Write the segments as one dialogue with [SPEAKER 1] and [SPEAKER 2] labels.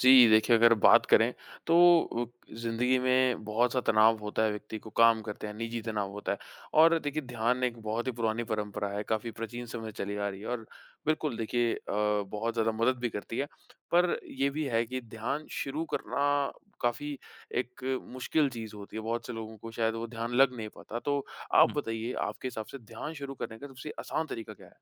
[SPEAKER 1] जी, देखिए अगर बात करें तो ज़िंदगी में बहुत-सा तनाव होता है व्यक्ति को, काम करते हैं, निजी तनाव होता है और देखिए ध्यान एक बहुत ही पुरानी परंपरा है, काफ़ी प्राचीन समय से चली आ रही है और बिल्कुल देखिए बहुत ज़्यादा मदद भी करती है। पर ये भी है कि ध्यान शुरू करना काफ़ी एक मुश्किल चीज़ होती है, बहुत से लोगों को शायद वो ध्यान लग नहीं पाता। तो आप
[SPEAKER 2] हुँ।
[SPEAKER 1] बताइए, आपके हिसाब से ध्यान शुरू करने का सबसे आसान तरीका क्या है?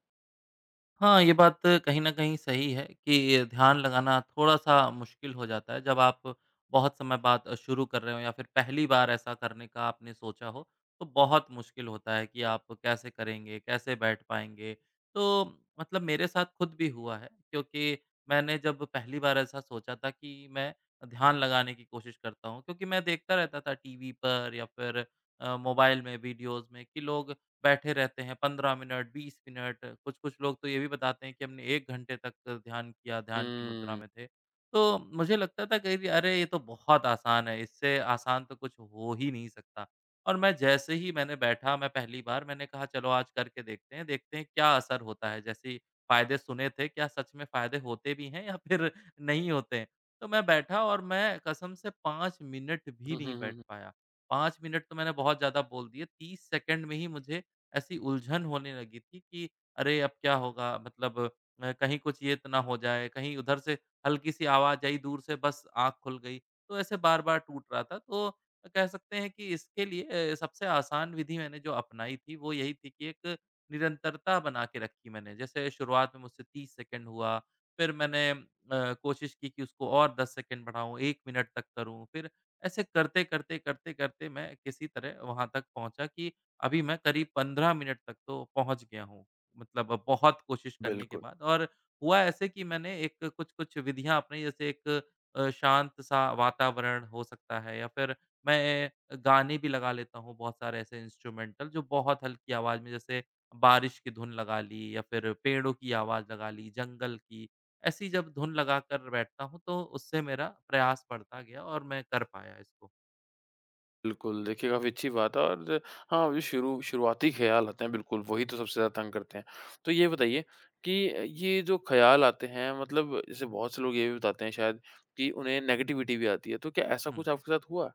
[SPEAKER 2] हाँ, ये बात कहीं न कहीं सही है कि ध्यान लगाना थोड़ा-सा मुश्किल हो जाता है जब आप बहुत समय बाद शुरू कर रहे हो या फिर पहली बार ऐसा करने का आपने सोचा हो, तो बहुत मुश्किल होता है कि आप कैसे करेंगे, कैसे बैठ पाएँगे। तो मतलब मेरे साथ खुद भी हुआ है क्योंकि मैंने जब पहली बार ऐसा सोचा था कि मैं ध्यान लगाने की कोशिश करता हूँ क्योंकि मैं देखता रहता था टीवी पर या फिर मोबाइल में, वीडियोज़ में कि लोग बैठे रहते हैं 15 मिनट, 20 मिनट, कुछ-कुछ लोग तो ये भी बताते हैं कि हमने 1 घंटे तक ध्यान किया, ध्यान की मुद्रा
[SPEAKER 1] हुँ।
[SPEAKER 2] में थे। तो मुझे लगता था कहीं भी अरे! ये तो बहुत आसान है, इससे आसान तो कुछ हो ही नहीं सकता। और मैं जैसे ही मैंने बैठा मैं पहली बार मैंने कहा चलो आज करके देखते हैं क्या असर होता है। जैसे ही फ़ायदे सुने थे, क्या सच में फ़ायदे होते भी हैं या फिर नहीं होते हैं? तो मैं बैठा और मैं कसम से 5 मिनट भी
[SPEAKER 1] हुँ,
[SPEAKER 2] नहीं
[SPEAKER 1] हुँ, हुँ,
[SPEAKER 2] बैठ
[SPEAKER 1] हुँ।
[SPEAKER 2] पाया। 5 मिनट तो मैंने बहुत ज़्यादा बोल दिए, 30 सेकंड में ही मुझे ऐसी उलझन होने लगी थी कि अरे! अब क्या होगा? मतलब कहीं कुछ ये तो ना हो जाए, कहीं उधर से हल्की-सी आवाज़ आई दूर से बस आँख खुल गई। तो ऐसे बार-बार टूट रहा था। तो कह सकते हैं कि इसके लिए सबसे आसान विधि मैंने जो अपनाई थी वो यही थी कि एक निरंतरता बना के रखी मैंने। जैसे शुरुआत में मुझसे 30 सेकंड हुआ, फिर मैंने कोशिश की कि उसको और 10 सेकंड बढ़ाऊँ, 1 मिनट तक करूँ। फिर ऐसे करते, करते, करते, करते मैं किसी तरह वहाँ तक पहुँचा कि अभी मैं करीब 15 मिनट तक तो पहुँच गया हूँ। मतलब बहुत कोशिश करने के
[SPEAKER 1] बिल्कुल।
[SPEAKER 2] बाद और हुआ ऐसे कि मैंने एक कुछ-कुछ विधियाँ अपनाई जैसे एक शांत-सा वातावरण हो सकता है या फिर मैं गाने भी लगा लेता हूँ बहुत सारे ऐसे इंस्ट्रूमेंटल जो बहुत हल्की आवाज़ में जैसे बारिश की धुन लगा ली या फिर पेड़ों की आवाज़ लगा ली, जंगल की। ऐसी जब धुन लगाकर बैठता हूँ तो उससे मेरा प्रयास बढ़ता गया और मैं कर पाया इसको।
[SPEAKER 1] बिल्कुल, देखिए काफ़ी अच्छी बात है और हाँ, जो शुरू शुरुआती ख़्याल आते हैं बिल्कुल, वही तो सबसे ज़्यादा तंग करते हैं। तो ये बताइए कि ये जो ख़्याल आते हैं मतलब जैसे बहुत से लोग ये भी बताते हैं शायद कि उन्हें नेगेटिविटी भी आती है, तो क्या ऐसा
[SPEAKER 2] हुँ।
[SPEAKER 1] कुछ आपके साथ हुआ?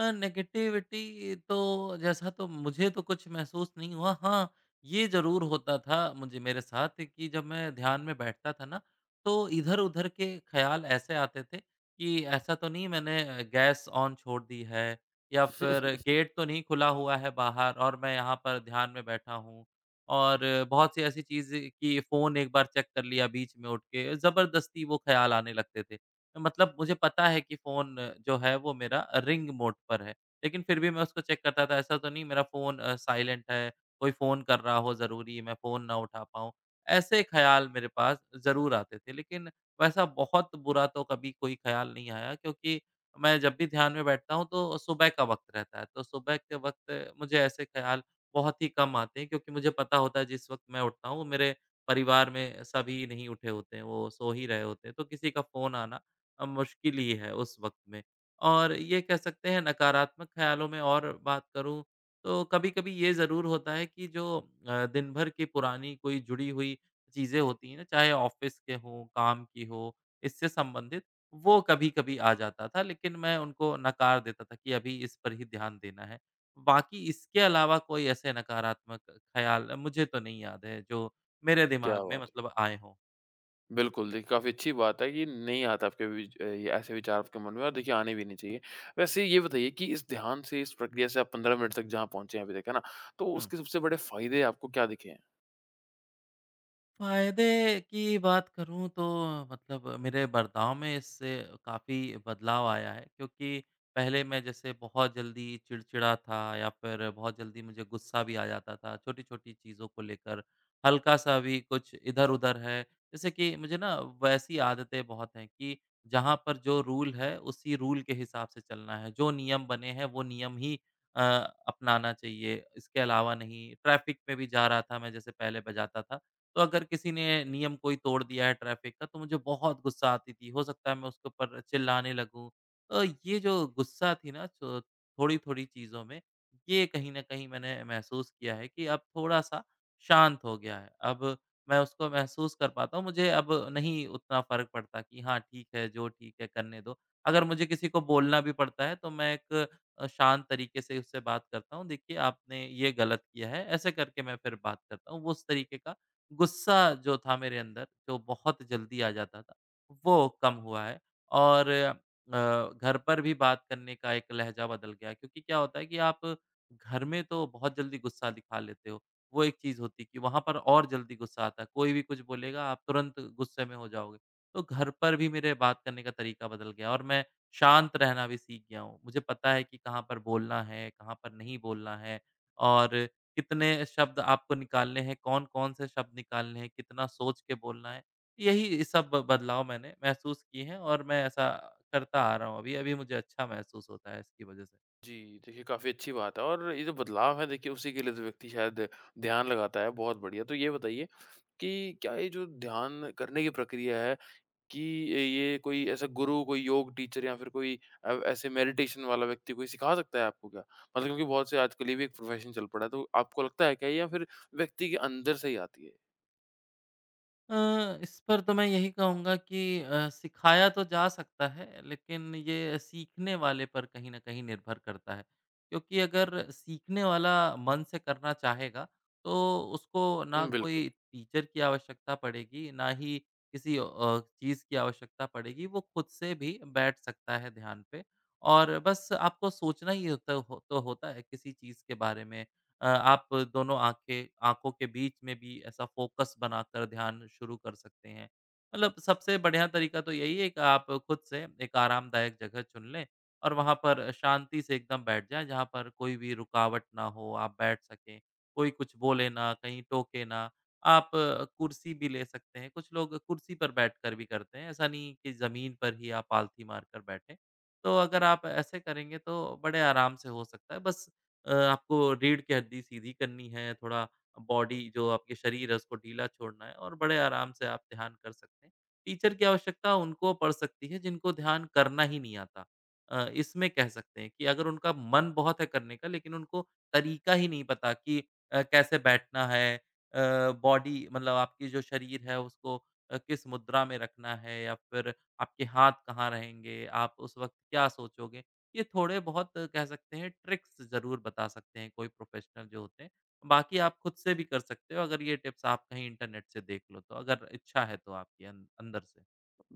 [SPEAKER 2] नेगेटिविटी तो जैसा तो मुझे तो कुछ महसूस नहीं हुआ। हाँ, ये ज़रूर होता था मुझे मेरे साथ कि जब मैं ध्यान में बैठता था ना, तो इधर-उधर के ख़्याल ऐसे आते थे कि ऐसा तो नहीं मैंने गैस ऑन छोड़ दी है या फिर गेट तो नहीं खुला हुआ है बाहर और मैं यहाँ पर ध्यान में बैठा हूँ। और बहुत सी ऐसी चीज़ें कि फ़ोन एक बार चेक कर लिया बीच में उठ के, ज़बरदस्ती वो ख़्याल आने लगते थे। मतलब मुझे पता है कि फ़ोन जो है वो मेरा रिंग मोड पर है, लेकिन फिर भी मैं उसको चेक करता था ऐसा तो नहीं मेरा फ़ोन साइलेंट है, कोई फ़ोन कर रहा हो ज़रूरी मैं फ़ोन ना उठा पाऊँ। ऐसे ख़्याल मेरे पास ज़रूर आते थे, लेकिन वैसा बहुत बुरा तो कभी कोई ख़्याल नहीं आया क्योंकि मैं जब भी ध्यान में बैठता हूँ तो सुबह का वक़्त रहता है, तो सुबह के वक़्त मुझे ऐसे ख़्याल बहुत ही कम आते हैं क्योंकि मुझे पता होता है जिस वक़्त मैं उठता हूँ, वो मेरे परिवार में सभी नहीं उठे होते हैं, वो सो ही रहे होते हैं, तो किसी का फ़ोन आना मुश्किल ही है उस वक़्त में। और ये कह सकते हैं नकारात्मक ख़्यालों में और बात करूँ तो कभी-कभी ये ज़रूर होता है कि जो दिन भर की पुरानी कोई जुड़ी हुई चीज़ें होती हैं ना, चाहे ऑफ़िस के हों, काम की हो, इससे संबंधित, वो कभी-कभी आ जाता था लेकिन मैं उनको नकार देता था कि अभी इस पर ही ध्यान देना है। बाकी इसके अलावा कोई ऐसे नकारात्मक ख़्याल मुझे तो नहीं याद है जो मेरे
[SPEAKER 1] क्या
[SPEAKER 2] दिमाग में
[SPEAKER 1] बात है!
[SPEAKER 2] मतलब आए हों।
[SPEAKER 1] बिल्कुल, देखिए काफ़ी अच्छी बात है कि नहीं आता आपके ये ऐसे विचार आपके मन में और देखिए आने भी नहीं चाहिए। वैसे ये बताइए कि इस ध्यान से, इस प्रक्रिया से आप 15 मिनट तक जहाँ पहुँचे हैं अभी तक, है ना? तो
[SPEAKER 2] हुँ।
[SPEAKER 1] उसके सबसे बड़े फ़ायदे आपको क्या दिखे हैं?
[SPEAKER 2] फ़ायदे की बात करूँ तो मतलब मेरे बर्ताव में इससे काफ़ी बदलाव आया है क्योंकि पहले मैं जैसे बहुत जल्दी चिड़चिड़ा था या फिर बहुत जल्दी मुझे गुस्सा भी आ जाता था, छोटी-छोटी चीज़ों को लेकर। हल्का-सा भी कुछ इधर-उधर है, जैसे कि मुझे ना वैसी आदतें बहुत हैं कि जहाँ पर जो रूल है उसी रूल के हिसाब से चलना है, जो नियम बने हैं वो नियम ही अ, अपनाना चाहिए, इसके अलावा नहीं। ट्रैफ़िक में भी जा रहा था मैं जैसे पहले बजाता था, तो अगर किसी ने नियम कोई तोड़ दिया है ट्रैफ़िक का, तो मुझे बहुत गुस्सा आती थी। हो सकता है मैं उसके ऊपर चिल्लाने लगूँ। ये जो गुस्सा थी ना चो थोड़ी-थोड़ी चीज़ों में, ये कहीं न कहीं मैंने महसूस किया है कि अब थोड़ा-सा शांत हो गया है। अब मैं उसको महसूस कर पाता हूँ। मुझे अब नहीं उतना फ़र्क पड़ता कि हाँ, ठीक है, जो ठीक है, करने दो। अगर मुझे किसी को बोलना भी पड़ता है, तो मैं एक शांत तरीके से उससे बात करता हूँ, "देखिए, आपने ये गलत किया है।" ऐसे करके मैं फिर बात करता हूँ। वो उस तरीके का गुस्सा जो था मेरे अंदर, जो बहुत जल्दी आ जाता था, वो कम हुआ है और घर पर भी बात करने का एक लहज़ा बदल गया है क्योंकि क्या होता है कि आप घर में तो बहुत जल्दी गुस्सा दिखा लेते हो। वो एक चीज़ होती है कि वहाँ पर और जल्दी गुस्सा आता है, कोई भी कुछ बोलेगा आप तुरंत गुस्से में हो जाओगे। तो घर पर भी मेरे बात करने का तरीका बदल गया और मैं शांत रहना भी सीख गया हूँ। मुझे पता है कि कहाँ पर बोलना है, कहाँ पर नहीं बोलना है और कितने शब्द आपको निकालने हैं, कौन-कौन से शब्द निकालने हैं, कितना सोच के बोलना है। यही सब बदलाव मैंने महसूस किए हैं और मैं ऐसा करता आ रहा हूँ अभी, अभी मुझे अच्छा महसूस होता है इसकी वजह से।
[SPEAKER 1] जी, देखिए काफ़ी अच्छी बात है और ये जो बदलाव है देखिए उसी के लिए तो व्यक्ति शायद ध्यान लगाता है, बहुत बढ़िया। तो ये बताइए कि क्या ये जो ध्यान करने की प्रक्रिया है कि ये कोई ऐसा गुरु, कोई योग टीचर या फिर कोई ऐसे मेडिटेशन वाला व्यक्ति कोई सिखा सकता है आपको क्या? मतलब क्योंकि बहुत से आजकल ये भी एक प्रोफ़ेशन चल पड़ा है, तो आपको लगता है क्या ये या फिर व्यक्ति के अंदर से ही आती है?
[SPEAKER 2] इस पर तो मैं यही कहूँगा कि सिखाया तो जा सकता है, लेकिन ये सीखने वाले पर कहीं न कहीं निर्भर करता है। क्योंकि अगर सीखने वाला मन से करना चाहेगा, तो उसको ना
[SPEAKER 1] बिल्कुल।
[SPEAKER 2] कोई टीचर की आवश्यकता पड़ेगी, ना ही किसी चीज़ की आवश्यकता पड़ेगी। वो खुद से भी बैठ सकता है ध्यान पे और बस आपको सोचना ही होता हो तो होता है किसी चीज़ के बारे में आप दोनों आँखें आँखों के बीच में भी ऐसा फ़ोकस बनाकर ध्यान शुरू कर सकते हैं। मतलब सबसे बढ़िया तरीका तो यही है कि आप खुद से एक आरामदायक जगह चुन लें और वहाँ पर शांति से एकदम बैठ जाएँ, जहाँ पर कोई भी रुकावट ना हो, आप बैठ सकें। कोई कुछ बोले ना, कहीं टोके ना। आप कुर्सी भी ले सकते हैं, कुछ लोग कुर्सी पर बैठकर भी करते हैं, ऐसा नहीं कि ज़मीन पर ही आप आलथी मारकर बैठें। तो अगर आप ऐसे करेंगे तो बड़े आराम से हो सकता है, बस आपको रीढ़ की हड्डी सीधी करनी है, थोड़ा बॉडी जो आपके शरीर है उसको ढीला छोड़ना है और बड़े आराम से आप ध्यान कर सकते हैं। टीचर की आवश्यकता उनको पड़ सकती है जिनको ध्यान करना ही नहीं आता। इसमें कह सकते हैं कि अगर उनका मन बहुत है करने का लेकिन उनको तरीका ही नहीं पता कि कैसे बैठना है बॉडी मतलब आपकी जो शरीर है उसको किस मुद्रा में रखना है या फिर आपके हाथ कहाँ रहेंगे, आप उस वक़्त क्या सोचोगे? ये थोड़े बहुत कह सकते हैं, ट्रिक्स ज़रूर बता सकते हैं कोई प्रोफ़ेशनल जो होते हैं। बाकी आप खुद से भी कर सकते हो, अगर ये टिप्स आप कहीं इंटरनेट से देख लो तो, अगर इच्छा है तो आपके अन अंदर से।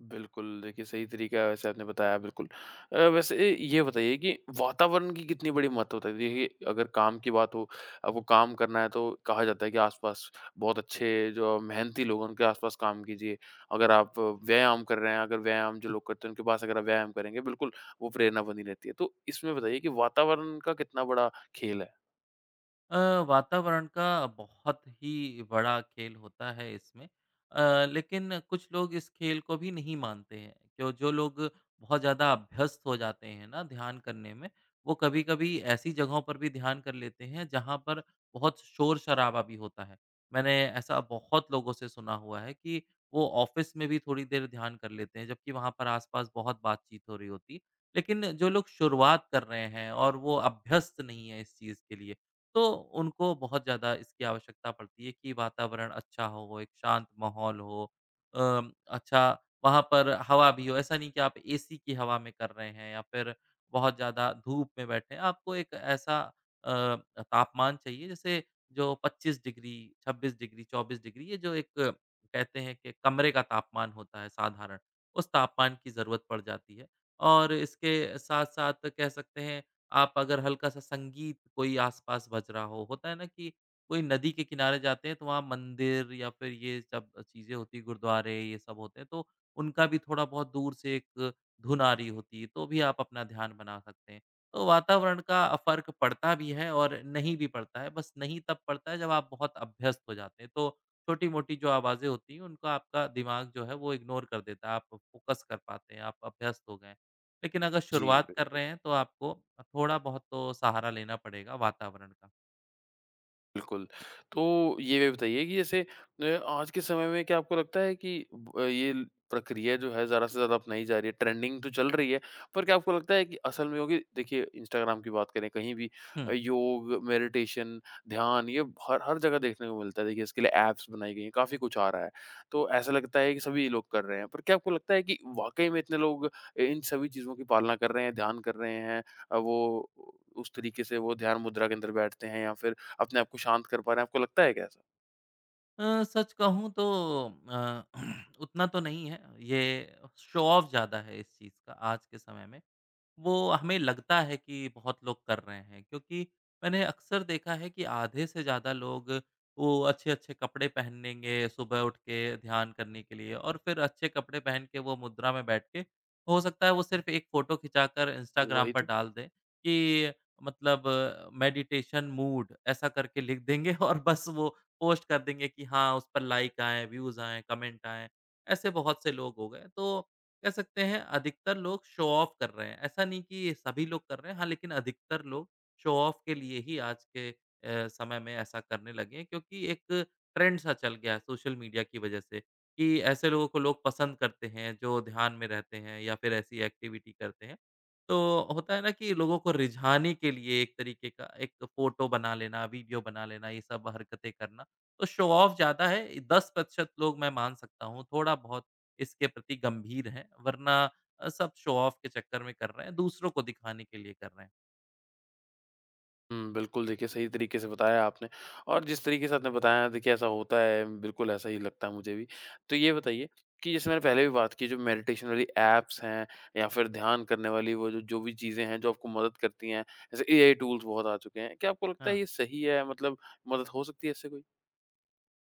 [SPEAKER 1] बिल्कुल, देखिए सही तरीका है वैसे आपने बताया बिल्कुल। वैसे ये बताइए कि वातावरण की कितनी बड़ी महत्व होता है? देखिए अगर काम की बात हो, आपको काम करना है तो कहा जाता है कि आस-पास बहुत अच्छे जो मेहनती लोग हैं उनके आस-पास काम कीजिए। अगर आप व्यायाम कर रहे हैं, अगर व्यायाम जो लोग करते हैं उनके पास अगर आप व्यायाम करेंगे बिल्कुल वो प्रेरणा बनी रहती है। तो इसमें बताइए कि वातावरण का कितना बड़ा खेल है?
[SPEAKER 2] अ, वातावरण का बहुत ही बड़ा खेल होता है इसमें। लेकिन कुछ लोग इस खेल को भी नहीं मानते हैं, क्यों? जो लोग बहुत ज़्यादा अभ्यस्त हो जाते हैं ना ध्यान करने में, वो कभी-कभी ऐसी जगहों पर भी ध्यान कर लेते हैं जहाँ पर बहुत शोर-शराबा भी होता है। मैंने ऐसा बहुत लोगों से सुना हुआ है कि वो ऑफ़िस में भी थोड़ी देर ध्यान कर लेते हैं, जबकि वहाँ पर आस-पास बहुत बातचीत हो रही होती है। लेकिन जो लोग शुरुआत कर रहे हैं और वो अभ्यस्त नहीं है इस चीज़ के लिए, तो उनको बहुत ज़्यादा इसकी आवश्यकता पड़ती है कि वातावरण अच्छा हो, एक शांत माहौल हो। अ, अच्छा वहाँ पर हवा भी हो, ऐसा नहीं कि आप एसी की हवा में कर रहे हैं या फिर बहुत ज़्यादा धूप में बैठे हैं। आपको एक ऐसा अ, तापमान चाहिए, जैसे जो 25 डिग्री, 26 डिग्री, 24 डिग्री, ये जो एक कहते हैं कि कमरे का तापमान होता है साधारण, उस तापमान की ज़रूरत पड़ जाती है। और इसके साथ-साथ कह सकते हैं, आप अगर हल्का-सा संगीत कोई आस-पास बज रहा हो, होता है ना कि कोई नदी के किनारे जाते हैं तो वहाँ मंदिर या फिर ये सब चीज़ें होती हैं, गुरुद्वारे ये सब होते हैं, तो उनका भी थोड़ा बहुत दूर से एक धुन आ रही होती है, तो भी आप अपना ध्यान बना सकते हैं। तो वातावरण का फ़र्क पड़ता भी है और नहीं भी पड़ता है, बस नहीं तब पड़ता है जब आप बहुत अभ्यस्त हो जाते हैं, तो छोटी-मोटी जो आवाज़ें होती हैं, उनको आपका दिमाग जो है वो इग्नोर कर देता है, आप फोकस कर पाते हैं, आप अभ्यस्त हो गए हैं। लेकिन अगर
[SPEAKER 1] जी,
[SPEAKER 2] शुरुआत कर
[SPEAKER 1] बिल्कुल।
[SPEAKER 2] रहे हैं तो आपको थोड़ा बहुत तो सहारा लेना पड़ेगा वातावरण का।
[SPEAKER 1] बिल्कुल। तो ये भी बताइए कि जैसे आज के समय में क्या आपको लगता है कि ब ये ल प्रक्रिया जो है ज़्यादा से ज़्यादा अपनाई जा रही है, ट्रेंडिंग तो चल रही है, पर क्या आपको लगता है कि असल में होगी? देखिए इंस्टाग्राम की बात करें, कहीं भी
[SPEAKER 2] हुँ।
[SPEAKER 1] योग, मेडिटेशन, ध्यान ये हर हर जगह देखने को मिलता है। देखिए इसके लिए ऐप्स बनाई गई हैं, काफ़ी कुछ आ रहा है। तो ऐसा लगता है कि सभी लोग कर रहे हैं, पर क्या आपको लगता है कि वाक़ई में इतने लोग इन सभी चीज़ों की पालना कर रहे हैं, ध्यान कर रहे हैं? वो उस तरीके से वो ध्यान मुद्रा के अंदर बैठते हैं या फिर अपने आप को शांत कर पा रहे हैं, आपको लगता है क्या ऐसा?
[SPEAKER 2] सच कहूँ तो अ, उतना तो नहीं है, ये शो ऑफ ज़्यादा है इस चीज़ का आज के समय में। वो हमें लगता है कि बहुत लोग कर रहे हैं, क्योंकि मैंने अक्सर देखा है कि आधे से ज़्यादा लोग वो अच्छे-अच्छे कपड़े पहनेंगे सुबह उठ के ध्यान करने के लिए, और फिर अच्छे कपड़े पहन के वो मुद्रा में बैठ के, हो सकता है वो सिर्फ़ एक फ़ोटो खिंचाकर इंस्टाग्राम
[SPEAKER 1] वही
[SPEAKER 2] पर
[SPEAKER 1] तो।
[SPEAKER 2] डाल दें कि, मतलब, मेडिटेशन मूड ऐसा करके लिख देंगे और बस वो पोस्ट कर देंगे कि हाँ, उस पर लाइक आएँ, व्यूज़ आएँ, कमेंट आएँ, ऐसे बहुत से लोग हो गए। तो कह सकते हैं अधिकतर लोग शो ऑफ कर रहे हैं। ऐसा नहीं कि सभी लोग कर रहे हैं, हाँ, लेकिन अधिकतर लोग शो ऑफ के लिए ही आज के समय में ऐसा करने लगे हैं, क्योंकि एक ट्रेंड सा चल गया है सोशल मीडिया की वजह से कि ऐसे लोगों को लोग पसंद करते हैं, जो ध्यान में रहते हैं या फिर ऐसी एक्टिविटी करते हैं। तो होता है ना कि लोगों को रिझाने के लिए एक तरीके का एक फ़ोटो बना लेना, वीडियो बना लेना, ये सब हरकतें करना। तो शो ऑफ ज़्यादा है, 10% लोग मैं मान सकता हूँ थोड़ा-बहुत इसके प्रति गंभीर हैं, वरना सब शो ऑफ के चक्कर में कर रहे हैं, दूसरों को दिखाने के लिए कर रहे हैं।
[SPEAKER 1] हुँ, बिल्कुल देखिए सही तरीके से बताया आपने और जिस तरीके से आपने बताया देखिए ऐसा होता है, बिल्कुल ऐसा ही लगता है मुझे भी। तो ये बताइए कि जैसे मैंने पहले भी बात की जो मेडिटेशन वाली ऐप्स हैं या फिर ध्यान करने वाली वो जो जो भी चीज़ें हैं जो आपको मदद करती हैं, जैसे एआई टूल्स बहुत आ चुके हैं, क्या आपको लगता है
[SPEAKER 2] हाँ।
[SPEAKER 1] ये सही है मतलब मदद हो सकती है इससे कोई?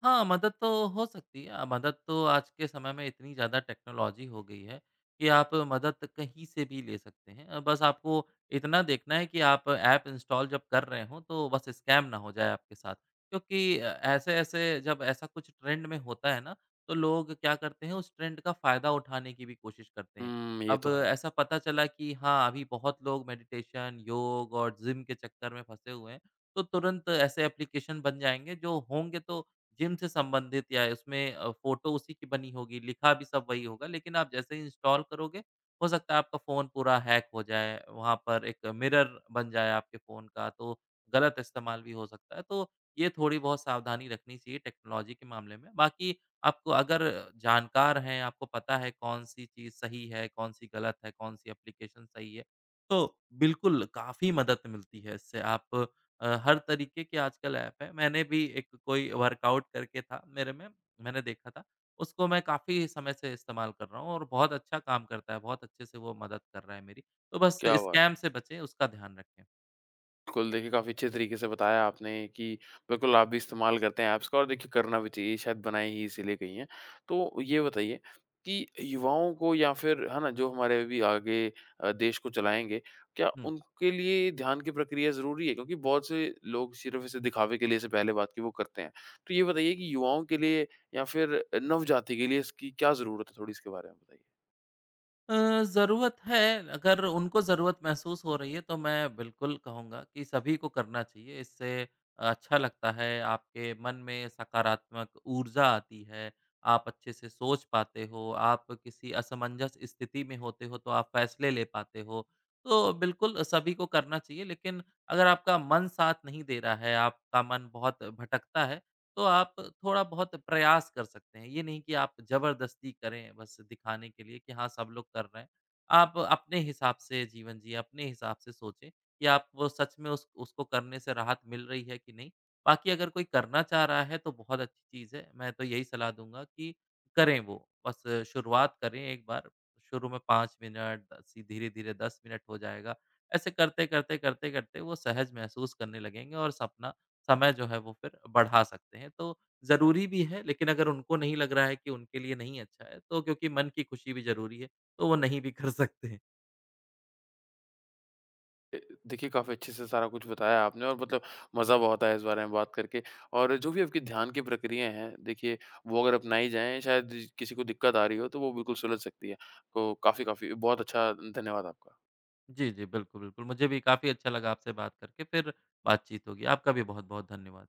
[SPEAKER 2] हाँ, मदद तो हो सकती है। मदद तो आज के समय में इतनी ज़्यादा टेक्नोलॉज़ी हो गई है कि आप मदद कहीं से भी ले सकते हैं। बस आपको इतना देखना है कि आप ऐप इंस्टॉल जब कर रहे हों, तो बस स्कैम ना हो जाए आपके साथ। क्योंकि ऐसे-ऐसे, जब ऐसा कुछ ट्रेंड में होता है ना, तो लोग क्या करते हैं, उस ट्रेंड का फ़ायदा उठाने की भी कोशिश करते हैं।
[SPEAKER 1] हुँ, ये
[SPEAKER 2] अब
[SPEAKER 1] तो है।
[SPEAKER 2] ऐसा पता चला कि हाँ, अभी बहुत लोग मेडिटेशन, योग और जिम के चक्कर में फँसे हुए हैं, तो तुरंत ऐसे एप्लीकेशन बन जाएँगे, जो होंगे तो जिम से संबंधित, या उसमें फ़ोटो उसी की बनी होगी, लिखा भी सब वही होगा, लेकिन आप जैसे ही इंस्टॉल करोगे, हो सकता है आपका फ़ोन पूरा हैक हो जाए, वहाँ पर एक मिरर बन जाए आपके फ़ोन का, तो गलत इस्तेमाल भी हो सकता है। तो ये थोड़ी-बहुत सावधानी रखनी चाहिए टेक्नोलॉजी के मामले में। बाकी आपको, अगर जानकार हैं, आपको पता है कौन-सी चीज़ सही है, कौन-सी गलत है, कौन-सी एप्लीकेशन सही है, तो बिल्कुल काफ़ी मदद मिलती है इससे। आप, हर तरीके के आजकल ऐप हैं। मैंने भी एक कोई वर्कआउट करके था मेरे में, मैंने देखा था। उसको मैं काफ़ी समय से इस्तेमाल कर रहा हूँ और बहुत अच्छा काम करता है, बहुत अच्छे से वो मदद कर रहा है मेरी। तो बस
[SPEAKER 1] क्या बात
[SPEAKER 2] स्कैम
[SPEAKER 1] है।
[SPEAKER 2] से बचें, उसका ध्यान रखें।
[SPEAKER 1] बिल्कुल, देखिए काफ़ी अच्छे तरीके से बताया आपने कि बिल्कुल आप भी इस्तेमाल करते हैं ऐप्स का और देखिए करना भी चाहिए, शायद बनाए ही इसीलिए गई हैं। तो ये बताइए कि युवाओं को या फिर है ना, जो हमारे अभी आगे देश को चलाएँगे, क्या
[SPEAKER 2] हुँ।
[SPEAKER 1] उनके लिए ध्यान की प्रक्रिया ज़रूरी है? क्योंकि बहुत से लोग सिर्फ़ इसे दिखावे के लिए जैसे पहले बात की वो करते हैं। तो ये बताइए कि युवाओं के लिए या फिर नवजाति के लिए इसकी क्या ज़रूरत है? थोड़ी इसके बारे में बताइए।
[SPEAKER 2] ज़रूरत है, अगर उनको ज़रूरत महसूस हो रही है, तो मैं बिल्कुल कहूँगा कि सभी को करना चाहिए। इससे अच्छा लगता है, आपके मन में सकारात्मक ऊर्जा आती है, आप अच्छे से सोच पाते हो, आप किसी असमंजस स्थिति में होते हो, तो आप फैसले ले पाते हो। तो बिल्कुल सभी को करना चाहिए, लेकिन अगर आपका मन साथ नहीं दे रहा है, आपका मन बहुत भटकता है, तो आप थोड़ा बहुत प्रयास कर सकते हैं। ये नहीं कि आप ज़बरदस्ती करें बस दिखाने के लिए कि हाँ, सब लोग कर रहे हैं। आप अपने हिसाब से जीवन जिएँ, अपने हिसाब से सोचें कि आप वो सच में उस उसको करने से राहत मिल रही है कि नहीं। बाकी अगर कोई करना चाह रहा है तो बहुत अच्छी चीज़ है। मैं तो यही सलाह दूँगा कि करें वो, बस शुरुआत करें एक बार। शुरू में 5 मिनट, सी धीरे-धीरे 10 मिनट हो जाएगा। ऐसे करते-करते, करते-करते वो सहज महसूस करने लगेंगे और सपना समय जो है वो फिर बढ़ा सकते हैं। तो ज़रूरी भी है, लेकिन अगर उनको नहीं लग रहा है कि उनके लिए नहीं अच्छा है, तो, क्योंकि मन की खुशी भी ज़रूरी है, तो वो नहीं भी कर सकते हैं।
[SPEAKER 1] ए, देखिए काफ़ी अच्छे से सारा कुछ बताया आपने और मतलब मज़ा बहुत आया इस बारे में बात करके और जो भी आपकी ध्यान की प्रक्रियाएँ हैं देखिए वो अगर अपनाई जाएँ शायद किसी को दिक्कत आ रही हो तो वो बिल्कुल सुलझ सकती है। तो काफ़ी काफ़ी बहुत अच्छा धन्यवाद आपका।
[SPEAKER 2] जी, जी। बिल्कुल, बिल्कुल। मुझे भी काफ़ी अच्छा लगा आपसे बात करके, फिर बातचीत होगी। आपका भी बहुत-बहुत धन्यवाद।